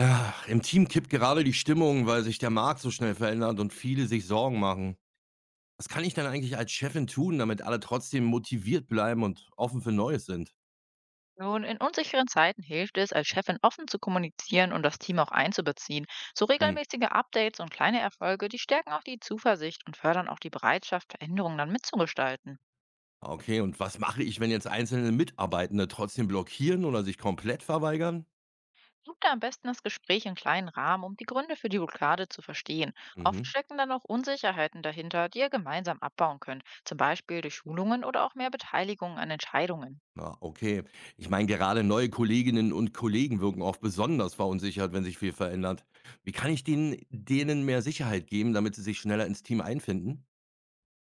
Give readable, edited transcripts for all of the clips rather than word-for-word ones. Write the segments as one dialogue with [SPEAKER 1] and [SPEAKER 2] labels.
[SPEAKER 1] Ach, im Team kippt gerade die Stimmung, weil sich der Markt so schnell verändert und viele sich Sorgen machen. Was kann ich denn eigentlich als Chefin tun, damit alle trotzdem motiviert bleiben und offen für Neues sind?
[SPEAKER 2] Nun, in unsicheren Zeiten hilft es, als Chefin offen zu kommunizieren und das Team auch einzubeziehen. So
[SPEAKER 1] Hm.
[SPEAKER 2] regelmäßige Updates und kleine Erfolge, die stärken auch die Zuversicht und fördern auch die Bereitschaft, Veränderungen dann mitzugestalten.
[SPEAKER 1] Okay, und was mache ich, wenn jetzt einzelne Mitarbeitende trotzdem blockieren oder sich komplett verweigern?
[SPEAKER 2] Such da am besten das Gespräch in kleinen Rahmen, um die Gründe für die Blockade zu verstehen. Oft
[SPEAKER 1] Mhm.
[SPEAKER 2] stecken dann auch Unsicherheiten dahinter, die ihr gemeinsam abbauen könnt, zum Beispiel durch Schulungen oder auch mehr Beteiligung an Entscheidungen.
[SPEAKER 1] Ja, okay. Ich meine, gerade neue Kolleginnen und Kollegen wirken oft besonders verunsichert, wenn sich viel verändert. Wie kann ich denen, denen mehr Sicherheit geben, damit sie sich schneller ins Team einfinden?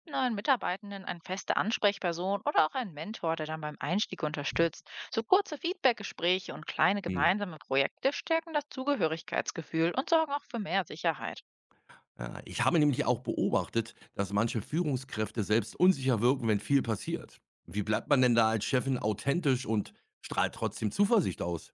[SPEAKER 2] Neuen Mitarbeitenden eine feste Ansprechperson oder auch einen Mentor, der dann beim Einstieg unterstützt. So kurze Feedbackgespräche und kleine
[SPEAKER 1] Hm.
[SPEAKER 2] gemeinsame Projekte stärken das Zugehörigkeitsgefühl und sorgen auch für mehr Sicherheit.
[SPEAKER 1] Ja, ich habe nämlich auch beobachtet, dass manche Führungskräfte selbst unsicher wirken, wenn viel passiert. Wie bleibt man denn da als Chefin authentisch und strahlt trotzdem Zuversicht aus?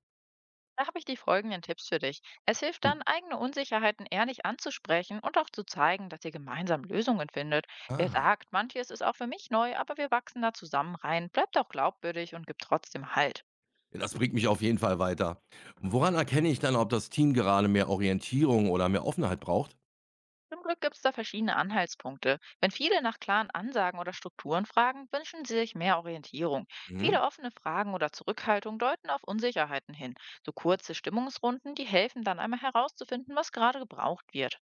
[SPEAKER 2] Da habe ich die folgenden Tipps für dich. Es hilft
[SPEAKER 1] Hm.
[SPEAKER 2] dann, eigene Unsicherheiten ehrlich anzusprechen und auch zu zeigen, dass ihr gemeinsam Lösungen findet. Wer
[SPEAKER 1] Ah,
[SPEAKER 2] sagt, manches ist auch für mich neu, aber wir wachsen da zusammen rein, bleibt auch glaubwürdig und gibt trotzdem Halt.
[SPEAKER 1] ja, das bringt mich auf jeden Fall weiter. Woran erkenne ich dann, ob das Team gerade mehr Orientierung oder mehr Offenheit braucht?
[SPEAKER 2] Zum Glück gibt es da verschiedene Anhaltspunkte. Wenn viele nach klaren Ansagen oder Strukturen fragen, wünschen sie sich mehr Orientierung. Viele
[SPEAKER 1] Mhm.
[SPEAKER 2] offene Fragen oder Zurückhaltung deuten auf Unsicherheiten hin. So kurze Stimmungsrunden, die helfen dann einmal herauszufinden, was gerade gebraucht wird.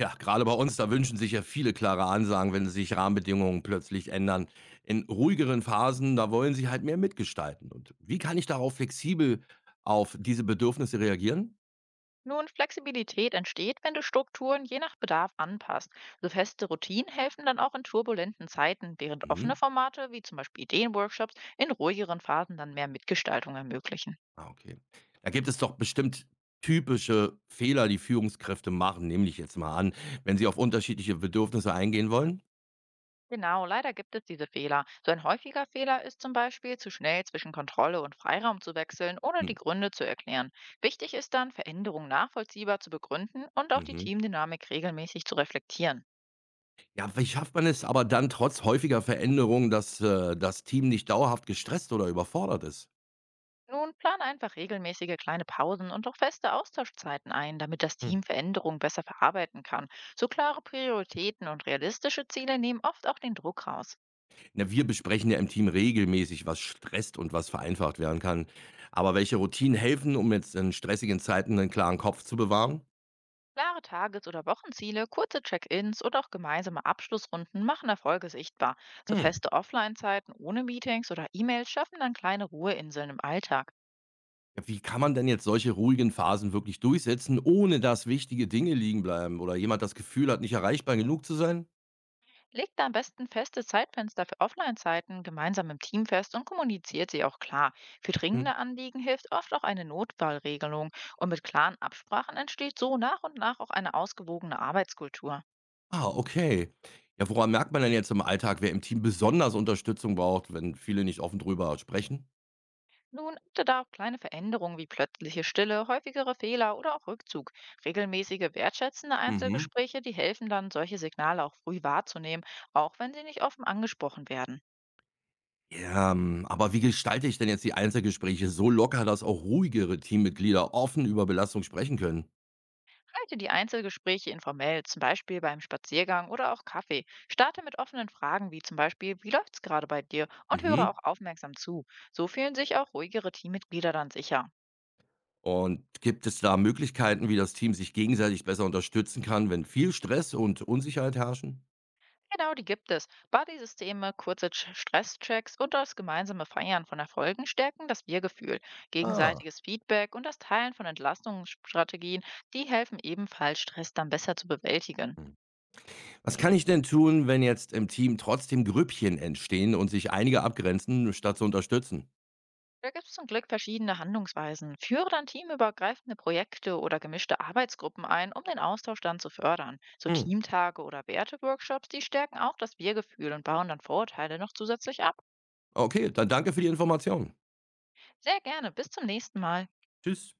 [SPEAKER 1] Ja, gerade bei uns, da wünschen sich ja viele klare Ansagen, wenn sich Rahmenbedingungen plötzlich ändern. In ruhigeren Phasen, da wollen sie halt mehr mitgestalten. Und wie kann ich darauf flexibel auf diese Bedürfnisse reagieren?
[SPEAKER 2] Nun, Flexibilität entsteht, wenn du Strukturen je nach Bedarf anpasst. So feste Routinen helfen dann auch in turbulenten Zeiten, während offene
[SPEAKER 1] Mhm.
[SPEAKER 2] Formate, wie zum Beispiel Ideenworkshops, in ruhigeren Phasen dann mehr Mitgestaltung ermöglichen.
[SPEAKER 1] Ah, okay. Da gibt es doch bestimmt typische Fehler, die Führungskräfte machen, nehme ich jetzt mal an, wenn sie auf unterschiedliche Bedürfnisse eingehen wollen?
[SPEAKER 2] Genau, leider gibt es diese Fehler. So ein häufiger Fehler ist zum Beispiel, zu schnell zwischen Kontrolle und Freiraum zu wechseln, ohne die
[SPEAKER 1] Hm,
[SPEAKER 2] Gründe zu erklären. Wichtig ist dann, Veränderungen nachvollziehbar zu begründen und auch die
[SPEAKER 1] mhm.
[SPEAKER 2] Teamdynamik regelmäßig zu reflektieren.
[SPEAKER 1] Ja, wie schafft man es aber dann trotz häufiger Veränderungen, dass, das Team nicht dauerhaft gestresst oder überfordert ist?
[SPEAKER 2] Nun plan einfach regelmäßige kleine Pausen und auch feste Austauschzeiten ein, damit das
[SPEAKER 1] Hm.
[SPEAKER 2] Team Veränderungen besser verarbeiten kann. So klare Prioritäten und realistische Ziele nehmen oft auch den Druck raus.
[SPEAKER 1] Na, wir besprechen ja im Team regelmäßig, was stresst und was vereinfacht werden kann. Aber welche Routinen helfen, um jetzt in stressigen Zeiten einen klaren Kopf zu bewahren?
[SPEAKER 2] Klare Tages- oder Wochenziele, kurze Check-ins oder auch gemeinsame Abschlussrunden machen Erfolge sichtbar. So
[SPEAKER 1] Hm.
[SPEAKER 2] feste Offline-Zeiten ohne Meetings oder E-Mails schaffen dann kleine Ruheinseln im Alltag.
[SPEAKER 1] Ja, wie kann man denn jetzt solche ruhigen Phasen wirklich durchsetzen, ohne dass wichtige Dinge liegen bleiben oder jemand das Gefühl hat, nicht erreichbar genug zu sein?
[SPEAKER 2] Legt am besten feste Zeitfenster für Offline-Zeiten gemeinsam im Team fest und kommuniziert sie auch klar. Für
[SPEAKER 1] Hm.
[SPEAKER 2] dringende Anliegen hilft oft auch eine Notfallregelung und mit klaren Absprachen entsteht so nach und nach auch eine ausgewogene Arbeitskultur.
[SPEAKER 1] Ah, okay. Ja, woran merkt man denn jetzt im Alltag, wer im Team besonders Unterstützung braucht, wenn viele nicht offen drüber sprechen?
[SPEAKER 2] Nun achte da auf kleine Veränderungen wie plötzliche Stille, häufigere Fehler oder auch Rückzug. Regelmäßige, wertschätzende
[SPEAKER 1] Mhm.
[SPEAKER 2] Einzelgespräche, die helfen dann, solche Signale auch früh wahrzunehmen, auch wenn sie nicht offen angesprochen werden.
[SPEAKER 1] Ja, aber wie gestalte ich denn jetzt die Einzelgespräche so locker, dass auch ruhigere Teammitglieder offen über Belastung sprechen können?
[SPEAKER 2] Halte die Einzelgespräche informell, zum Beispiel beim Spaziergang oder auch Kaffee. Starte mit offenen Fragen wie zum Beispiel, wie läuft's gerade bei dir? Und höre
[SPEAKER 1] Mhm.
[SPEAKER 2] auch aufmerksam zu. So fühlen sich auch ruhigere Teammitglieder dann sicher.
[SPEAKER 1] Und gibt es da Möglichkeiten, wie das Team sich gegenseitig besser unterstützen kann, wenn viel Stress und Unsicherheit herrschen?
[SPEAKER 2] Genau, die gibt es. Buddy-Systeme, kurze Stresschecks und das gemeinsame Feiern von Erfolgen stärken das Wir-Gefühl.
[SPEAKER 1] Ah.
[SPEAKER 2] Gegenseitiges Feedback und das Teilen von Entlastungsstrategien, die helfen ebenfalls, Stress dann besser zu bewältigen.
[SPEAKER 1] Was kann ich denn tun, wenn jetzt im Team trotzdem Grüppchen entstehen und sich einige abgrenzen, statt zu unterstützen?
[SPEAKER 2] Da gibt es zum Glück verschiedene Handlungsweisen. Führe dann teamübergreifende Projekte oder gemischte Arbeitsgruppen ein, um den Austausch dann zu fördern. So
[SPEAKER 1] Hm.
[SPEAKER 2] Teamtage oder Werte-Workshops, die stärken auch das Wir-Gefühl und bauen dann Vorurteile noch zusätzlich ab.
[SPEAKER 1] Okay, dann danke für die Information.
[SPEAKER 2] Sehr gerne, bis zum nächsten Mal.
[SPEAKER 1] Tschüss.